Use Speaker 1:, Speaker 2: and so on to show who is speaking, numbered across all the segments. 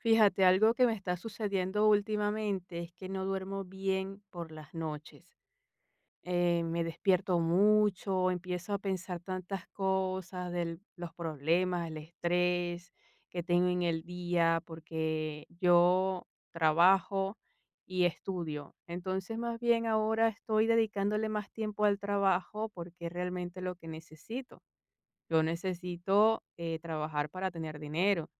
Speaker 1: Fíjate, algo que me está sucediendo últimamente es que no duermo bien por las noches. Me despierto mucho, empiezo a pensar tantas cosas de los problemas, el estrés que tengo en el día, porque yo trabajo y estudio. Entonces, más bien ahora estoy dedicándole más tiempo al trabajo porque es realmente lo que necesito. Yo necesito trabajar para tener dinero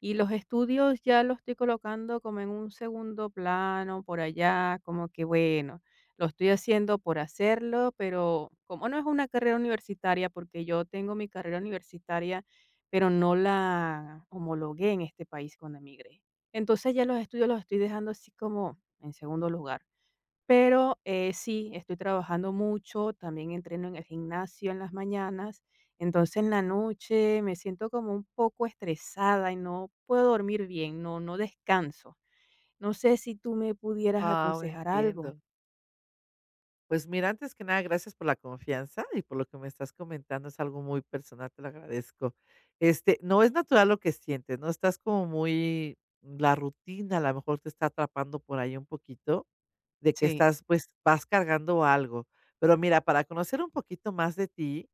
Speaker 1: y los estudios ya los estoy colocando como en un segundo plano, por allá, como que bueno, lo estoy haciendo por hacerlo, pero como no es una carrera universitaria, porque yo tengo mi carrera universitaria, pero no la homologué en este país cuando emigré. Entonces ya los estudios los estoy dejando así como en segundo lugar. Pero, sí, estoy trabajando mucho, también entreno en el gimnasio en las mañanas, entonces en la noche me siento como un poco estresada y no puedo dormir bien, no descanso. No sé si tú me pudieras
Speaker 2: Wow,
Speaker 1: aconsejar algo.
Speaker 2: entiendo. Pues mira, antes que nada, gracias por la confianza y por lo que me estás comentando, es algo muy personal, te lo agradezco. Este, no es natural lo que sientes, ¿no? Estás como muy la rutina a lo mejor te está atrapando por ahí un poquito de que
Speaker 1: Sí,
Speaker 2: estás, pues, vas cargando algo. Pero mira, para conocer un poquito más de ti,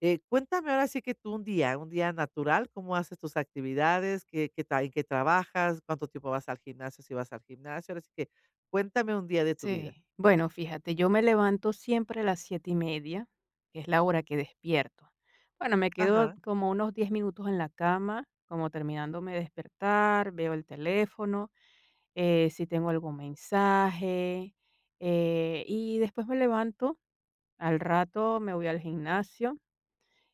Speaker 2: cuéntame ahora sí que tú un día natural, ¿cómo haces tus actividades? ¿Qué qué ta en qué trabajas? ¿Cuánto tiempo vas al gimnasio, si vas al gimnasio? Ahora sí que cuéntame un día de tu vida.
Speaker 1: sí. Bueno, fíjate, yo me levanto siempre a las 7:30, que es la hora que despierto. Bueno, me quedo
Speaker 2: Ajá.
Speaker 1: como unos 10 minutos en la cama, como terminándome de despertar, veo el teléfono, si tengo algún mensaje, y después me levanto, al rato me voy al gimnasio,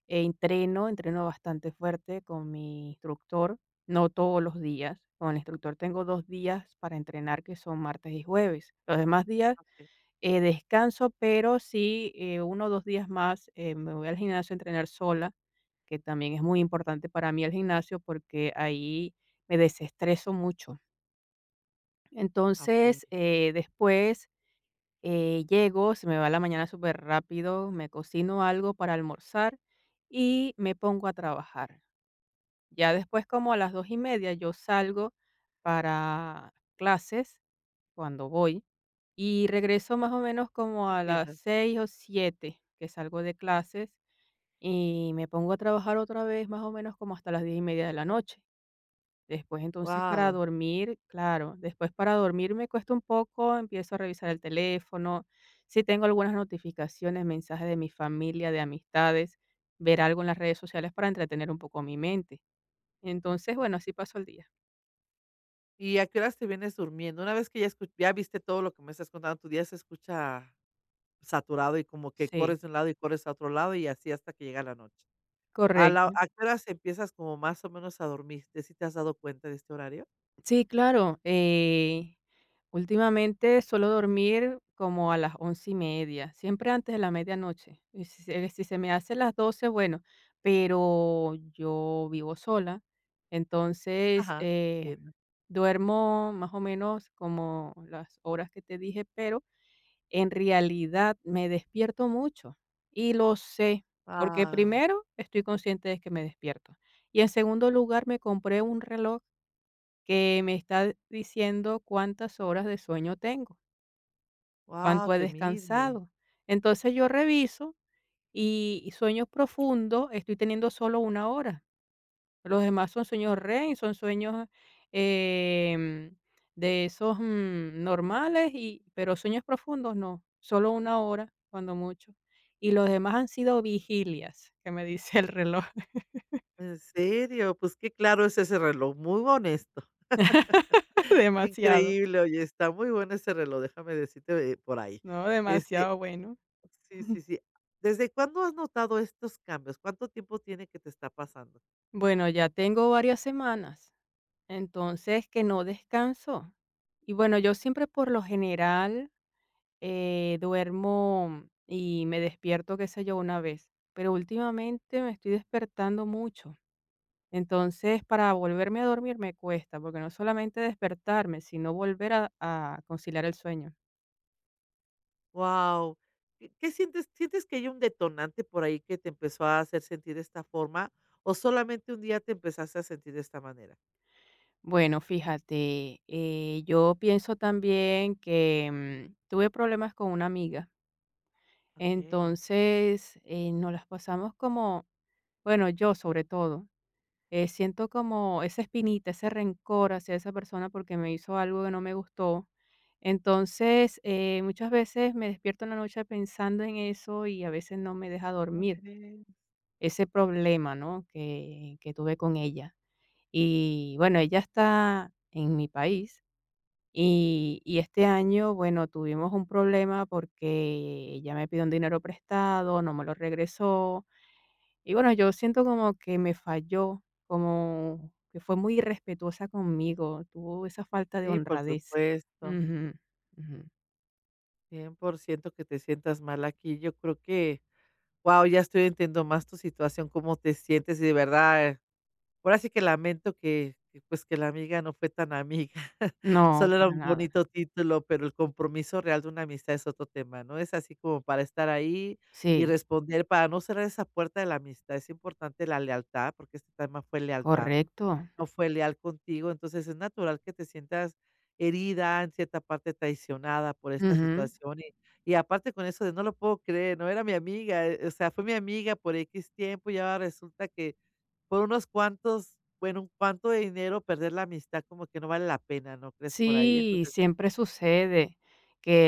Speaker 1: entreno, entreno bastante fuerte con mi instructor, no todos los días, con el instructor tengo dos días para entrenar que son martes y jueves, los demás días
Speaker 2: Okey,
Speaker 1: descanso, pero sí uno o dos días más me voy al gimnasio a entrenar sola, que también es muy importante para mí el gimnasio porque ahí me desestreso mucho.
Speaker 2: ah, okey,
Speaker 1: Entonces, llego, se me va la mañana súper rápido, me cocino algo para almorzar y me pongo a trabajar. Ya después, como a las 2:30 yo salgo para clases, cuando voy, y regreso más o menos como a las
Speaker 2: entiendo.
Speaker 1: 6 o 7 que salgo de clases, y me pongo a trabajar otra vez, más o menos como hasta las 10:30 de la noche. Después, entonces, para
Speaker 2: Wow.
Speaker 1: dormir, claro, después para dormir me cuesta un poco, empiezo a revisar el teléfono, si tengo algunas notificaciones, mensajes de mi familia, de amistades, ver algo en las redes sociales para entretener un poco mi mente. Entonces, bueno, así paso el día.
Speaker 2: ¿Y a qué horas te vienes durmiendo? Una vez que ya escu ya viste todo lo que me estás contando, tu día se escucha saturado y como que
Speaker 1: Sí,
Speaker 2: corres de un lado y corres a otro lado y así hasta que llega la noche. ¿A la
Speaker 1: correcto.
Speaker 2: a qué horas empiezas como más o menos a dormirte, si te has dado cuenta de este horario?
Speaker 1: Sí, claro. Últimamente suelo dormir como a las 11:30, siempre antes de la medianoche. Y si, se me hace las 12, bueno, pero yo vivo sola, entonces
Speaker 2: Ajá, entiendo.
Speaker 1: duermo más o menos como las horas que te dije, pero en realidad me despierto mucho y lo sé, porque
Speaker 2: Wow,
Speaker 1: primero estoy consciente de que me despierto y en segundo lugar me compré un reloj que me está diciendo cuántas horas de sueño tengo,
Speaker 2: wow,
Speaker 1: cuánto he
Speaker 2: te mide.
Speaker 1: descansado. Entonces yo reviso y sueños profundos estoy teniendo solo una hora. Los demás son sueños REM, son sueños, em, de esos, normales y pero sueños profundos no, solo una hora, cuando mucho. Y los demás han sido vigilias, que me dice el reloj,
Speaker 2: ¿En serio? Pues qué claro es ese reloj, muy honesto.
Speaker 1: demasiado,
Speaker 2: Increíble, oye, está muy bueno ese reloj, déjame decirte, por ahí.
Speaker 1: ¿no?
Speaker 2: Este,
Speaker 1: Demasiado bueno.
Speaker 2: sí, sí, sí. ¿Desde cuándo has notado estos cambios? ¿Cuánto tiempo tiene que te está pasando?
Speaker 1: Bueno, ya tengo varias semanas. Entonces, que no descanso. Y bueno, yo siempre por lo general, duermo y me despierto, qué sé yo, una vez, pero últimamente me estoy despertando mucho. Entonces, para volverme a dormir me cuesta, porque no solamente despertarme, sino volver a conciliar el sueño.
Speaker 2: Wow. ¿Qué sientes? ¿Sientes que hay un detonante por ahí que te empezó a hacer sentir de esta forma, o solamente un día te empezaste a sentir de esta manera?
Speaker 1: Bueno, fíjate, yo pienso también que tuve problemas con una amiga,
Speaker 2: Okey.
Speaker 1: entonces nos las pasamos como, bueno, yo sobre todo. Siento como esa espinita, ese rencor hacia esa persona porque me hizo algo que no me gustó. Entonces, muchas veces me despierto en la noche pensando en eso y a veces no me deja
Speaker 2: ¿Cómo
Speaker 1: dormir
Speaker 2: crees?
Speaker 1: ese problema, ¿no? Que tuve con ella. Y bueno, ella está en mi país y este año, bueno, tuvimos un problema porque ella me pidió un dinero prestado, no me lo regresó, y bueno, yo siento como que me falló, como que fue muy irrespetuosa conmigo, tuvo esa falta de
Speaker 2: Sí, por
Speaker 1: honradez.
Speaker 2: supuesto.
Speaker 1: Ujú, ujú.
Speaker 2: 100% que te sientas mal aquí. Yo creo que, wow, ya estoy entendiendo más tu situación, cómo te sientes y de verdad ahora sí que lamento que, pues, que la amiga no fue tan amiga.
Speaker 1: No,
Speaker 2: Solo era
Speaker 1: para
Speaker 2: un
Speaker 1: nada.
Speaker 2: bonito título, pero el compromiso real de una amistad es otro tema, ¿no? Es así como para estar ahí y
Speaker 1: Sí,
Speaker 2: responder, para no cerrar esa puerta de la amistad. Es importante la lealtad, porque este tema fue lealtad,
Speaker 1: correcto.
Speaker 2: no fue leal contigo, entonces es natural que te sientas herida, en cierta parte traicionada por esta
Speaker 1: Ujú.
Speaker 2: situación y aparte con eso de: "No lo puedo creer, no era mi amiga, o sea, fue mi amiga por x tiempo y ahora resulta que por unos cuantos, bueno, un cuanto de dinero, perder la amistad como que no vale la pena, ¿no crees?". Por ahí,
Speaker 1: Sí,
Speaker 2: entonces,
Speaker 1: siempre sucede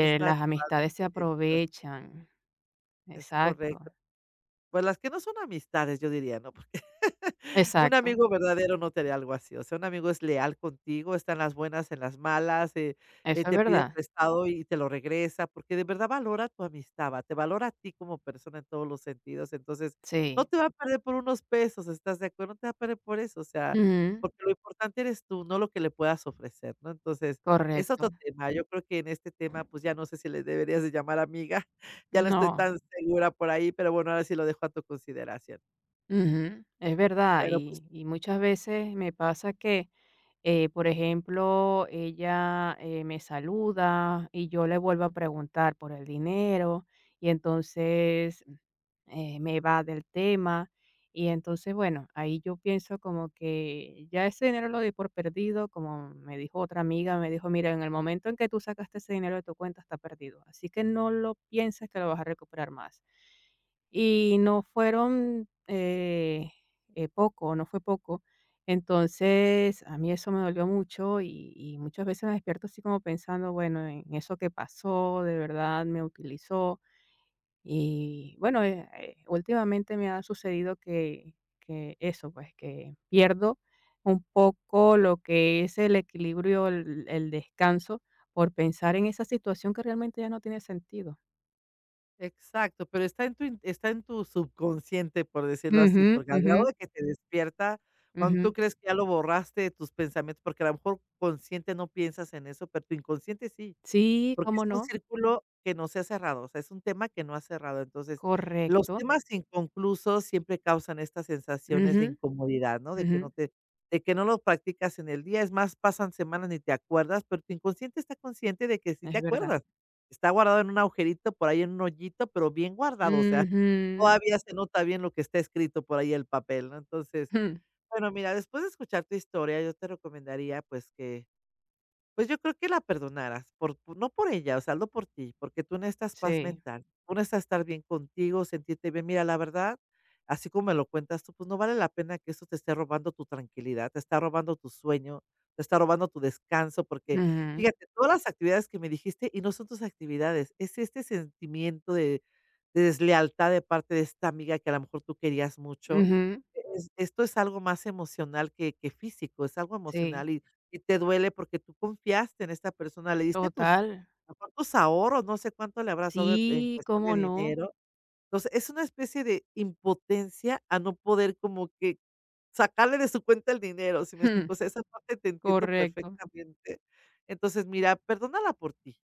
Speaker 2: es
Speaker 1: las
Speaker 2: natural que
Speaker 1: amistades se
Speaker 2: te sientas así,
Speaker 1: aprovechan.
Speaker 2: es
Speaker 1: Exacto,
Speaker 2: correcto. Pues, las que no son amistades, yo diría, ¿no? Un
Speaker 1: exacto.
Speaker 2: amigo verdadero no te haría algo así, o sea, un amigo es leal contigo, está en las buenas, en las malas,
Speaker 1: Eso es
Speaker 2: te pide
Speaker 1: verdad.
Speaker 2: prestado y te lo regresa, porque de verdad valora tu amistad, va, te valora a ti como persona en todos los sentidos, entonces no
Speaker 1: Sí.
Speaker 2: te va a perder por unos pesos, ¿estás de acuerdo? No te va a perder por eso, o sea,
Speaker 1: Ujú,
Speaker 2: porque lo importante eres tú, no lo que le puedas ofrecer, ¿no? Entonces, es
Speaker 1: correcto.
Speaker 2: otro tema, yo creo que en este tema, pues ya no sé si le deberías de llamar amiga, ya no estoy
Speaker 1: No,
Speaker 2: tan segura por ahí, pero bueno, ahora sí lo dejo a tu consideración.
Speaker 1: ujú, es verdad.
Speaker 2: Bueno, pues
Speaker 1: Y muchas veces me pasa que por ejemplo, ella, me saluda y yo le vuelvo a preguntar por el dinero y entonces, me va del tema. Y entonces, bueno, ahí yo pienso como que ya ese dinero lo di por perdido, como me dijo otra amiga, me dijo: "Mira, en el momento en que tú sacaste ese dinero de tu cuenta, está perdido, así que no lo pienses que lo vas a recuperar más". Y no fueron, poco, no fue poco. Entonces, a mí eso me dolió mucho y muchas veces me despierto así como pensando, bueno, en eso que pasó, de verdad me utilizó. Y bueno, últimamente me ha sucedido que eso, pues, que pierdo un poco lo que es el equilibrio, el descanso, por pensar en esa situación que realmente ya no tiene sentido.
Speaker 2: exacto, pero está en tu in está en tu subconsciente, por decirlo así,
Speaker 1: Ujú,
Speaker 2: porque al
Speaker 1: ujú,
Speaker 2: grado de que te despierta, cuando tú
Speaker 1: ujú.
Speaker 2: crees que ya lo borraste de tus pensamientos, porque a lo mejor consciente no piensas en eso, pero tu inconsciente sí.
Speaker 1: Sí,
Speaker 2: Porque
Speaker 1: ¿cómo
Speaker 2: es un
Speaker 1: no?
Speaker 2: círculo que no se ha cerrado, o sea, es un tema que no ha cerrado. Entonces, los
Speaker 1: Correcto.
Speaker 2: temas inconclusos siempre causan estas sensaciones
Speaker 1: Ujú,
Speaker 2: de incomodidad, ¿no?
Speaker 1: ujú,
Speaker 2: De que no lo practicas en el día, es más, pasan semanas ni te acuerdas, pero tu inconsciente está consciente de que sí
Speaker 1: es
Speaker 2: te
Speaker 1: verdad.
Speaker 2: acuerdas. Está guardado en un agujerito, por ahí en un hoyito, pero bien guardado, o sea,
Speaker 1: Ujú,
Speaker 2: todavía se nota bien lo que está escrito por ahí en el papel, ¿no? Entonces,
Speaker 1: jum,
Speaker 2: bueno, mira, después de escuchar tu historia, yo te recomendaría, pues, que pues yo creo que la perdonaras, por no por ella, o sea, hazlo por ti, porque tú necesitas paz
Speaker 1: sí,
Speaker 2: mental, tú necesitas estar bien contigo, sentirte bien. Mira, la verdad, así como me lo cuentas tú, pues no vale la pena que eso te esté robando tu tranquilidad, te está robando tu sueño, te está robando tu descanso, porque
Speaker 1: ujú,
Speaker 2: fíjate, todas las actividades que me dijiste y no son tus actividades, es este sentimiento de deslealtad de parte de esta amiga que a lo mejor tú querías mucho.
Speaker 1: ujú,
Speaker 2: Es, esto es algo más emocional que físico, es algo
Speaker 1: sí,
Speaker 2: emocional y te duele porque tú confiaste en esta persona, le diste tus
Speaker 1: total.
Speaker 2: a lo tus ahorros, no sé cuánto le habrás dado en
Speaker 1: Sí,
Speaker 2: cuestión de
Speaker 1: ¿cómo no?
Speaker 2: dinero. Entonces, es una especie de impotencia a no poder como que sacarle de su cuenta el dinero, ¿si me
Speaker 1: Jum,
Speaker 2: explico? O sea, esa parte te entiendo
Speaker 1: correcto.
Speaker 2: perfectamente. Entonces, mira, perdónala por ti.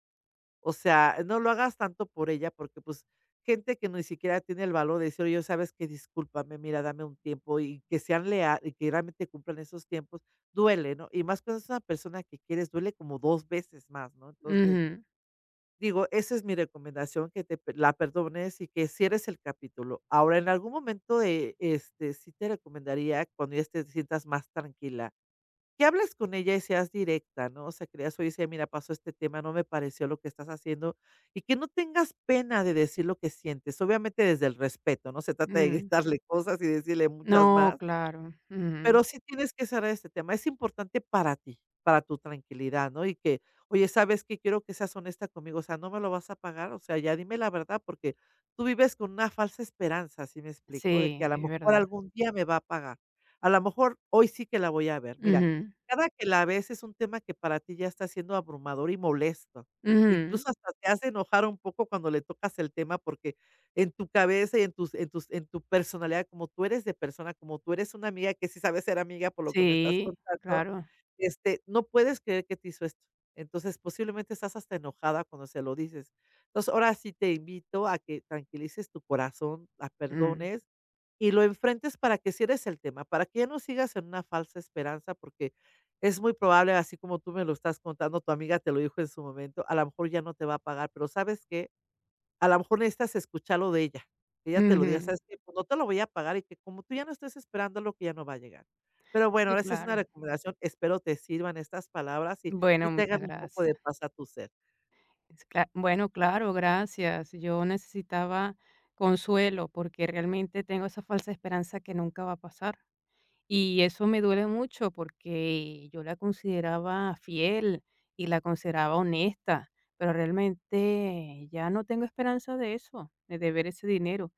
Speaker 2: O sea, no lo hagas tanto por ella, porque, pues, gente que ni siquiera tiene el valor de decir: "Oye, ¿sabes que discúlpame, mira, dame un tiempo?", y que sean lea y que realmente cumplan esos tiempos, duele, ¿no? Y más cuando es una persona que quieres, duele como 2 veces más, ¿no? Entonces,
Speaker 1: Ujú,
Speaker 2: digo, esa es mi recomendación, que te pe la perdones y que cierres el capítulo. Ahora, en algún momento, este, sí te recomendaría, cuando ya te sientas más tranquila, que hables con ella y seas directa, ¿no? O sea, que le digas: "Oye, sí, mira, pasó este tema, no me pareció lo que estás haciendo", y que no tengas pena de decir lo que sientes, obviamente desde el respeto, no se trata de
Speaker 1: mm,
Speaker 2: gritarle cosas y decirle muchas
Speaker 1: no,
Speaker 2: más,
Speaker 1: claro, ujú,
Speaker 2: pero sí tienes que cerrar este tema. Es importante para ti, para tu tranquilidad, ¿no? Y que, oye, ¿sabes qué? Quiero que seas honesta conmigo, o sea, no me lo vas a pagar, o sea, ya dime la verdad, porque tú vives con una falsa esperanza, ¿sí me explico? De que a
Speaker 1: sí,
Speaker 2: lo
Speaker 1: es
Speaker 2: mejor
Speaker 1: verdad.
Speaker 2: algún día me va a pagar. A lo mejor hoy sí que la voy a ver. Mira,
Speaker 1: Ujú,
Speaker 2: cada que la ves es un tema que para ti ya está siendo abrumador y molesto.
Speaker 1: ujú,
Speaker 2: Incluso hasta te hace enojar un poco cuando le tocas el tema porque en tu cabeza y en tu personalidad, como tú eres de persona, como tú eres una amiga que sí sabes ser amiga por lo que me estás
Speaker 1: sí,
Speaker 2: contando,
Speaker 1: claro,
Speaker 2: este, no puedes creer que te hizo esto. Entonces, posiblemente estás hasta enojada cuando se lo dices. Entonces, ahora sí te invito a que tranquilices tu corazón, la
Speaker 1: mm,
Speaker 2: perdones y lo enfrentes para que cierres el tema, para que ya no sigas en una falsa esperanza, porque es muy probable, así como tú me lo estás contando, tu amiga te lo dijo en su momento, a lo mejor ya no te va a pagar, pero ¿sabes qué? A lo mejor necesitas escucharlo de ella. Que ella te lo diga,
Speaker 1: ujú,
Speaker 2: ¿sabes que no te lo voy a pagar y que como tú ya no estés esperando lo que ya no va a llegar. Pero bueno,
Speaker 1: sí,
Speaker 2: ahora sí es una
Speaker 1: claro.
Speaker 2: recomendación. Espero te sirvan estas palabras y,
Speaker 1: Bueno,
Speaker 2: y te
Speaker 1: muchas
Speaker 2: hagan un poco
Speaker 1: gracias.
Speaker 2: de paz a tu ser.
Speaker 1: Bueno, claro, gracias. Yo necesitaba consuelo porque realmente tengo esa falsa esperanza que nunca va a pasar. Y eso me duele mucho porque yo la consideraba fiel y la consideraba honesta, pero realmente ya no tengo esperanza de eso, de ver ese dinero.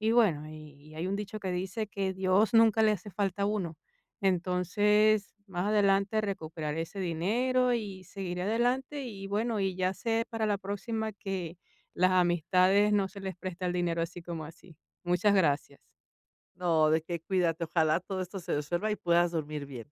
Speaker 1: Y bueno, y hay un dicho que dice que Dios nunca le hace falta a uno. Entonces, más adelante recuperaré ese dinero y seguiré adelante y bueno, y ya sé para la próxima que las amistades no se les presta el dinero así como así. Muchas gracias.
Speaker 2: No, de que cuídate. Ojalá todo esto se resuelva y puedas dormir bien.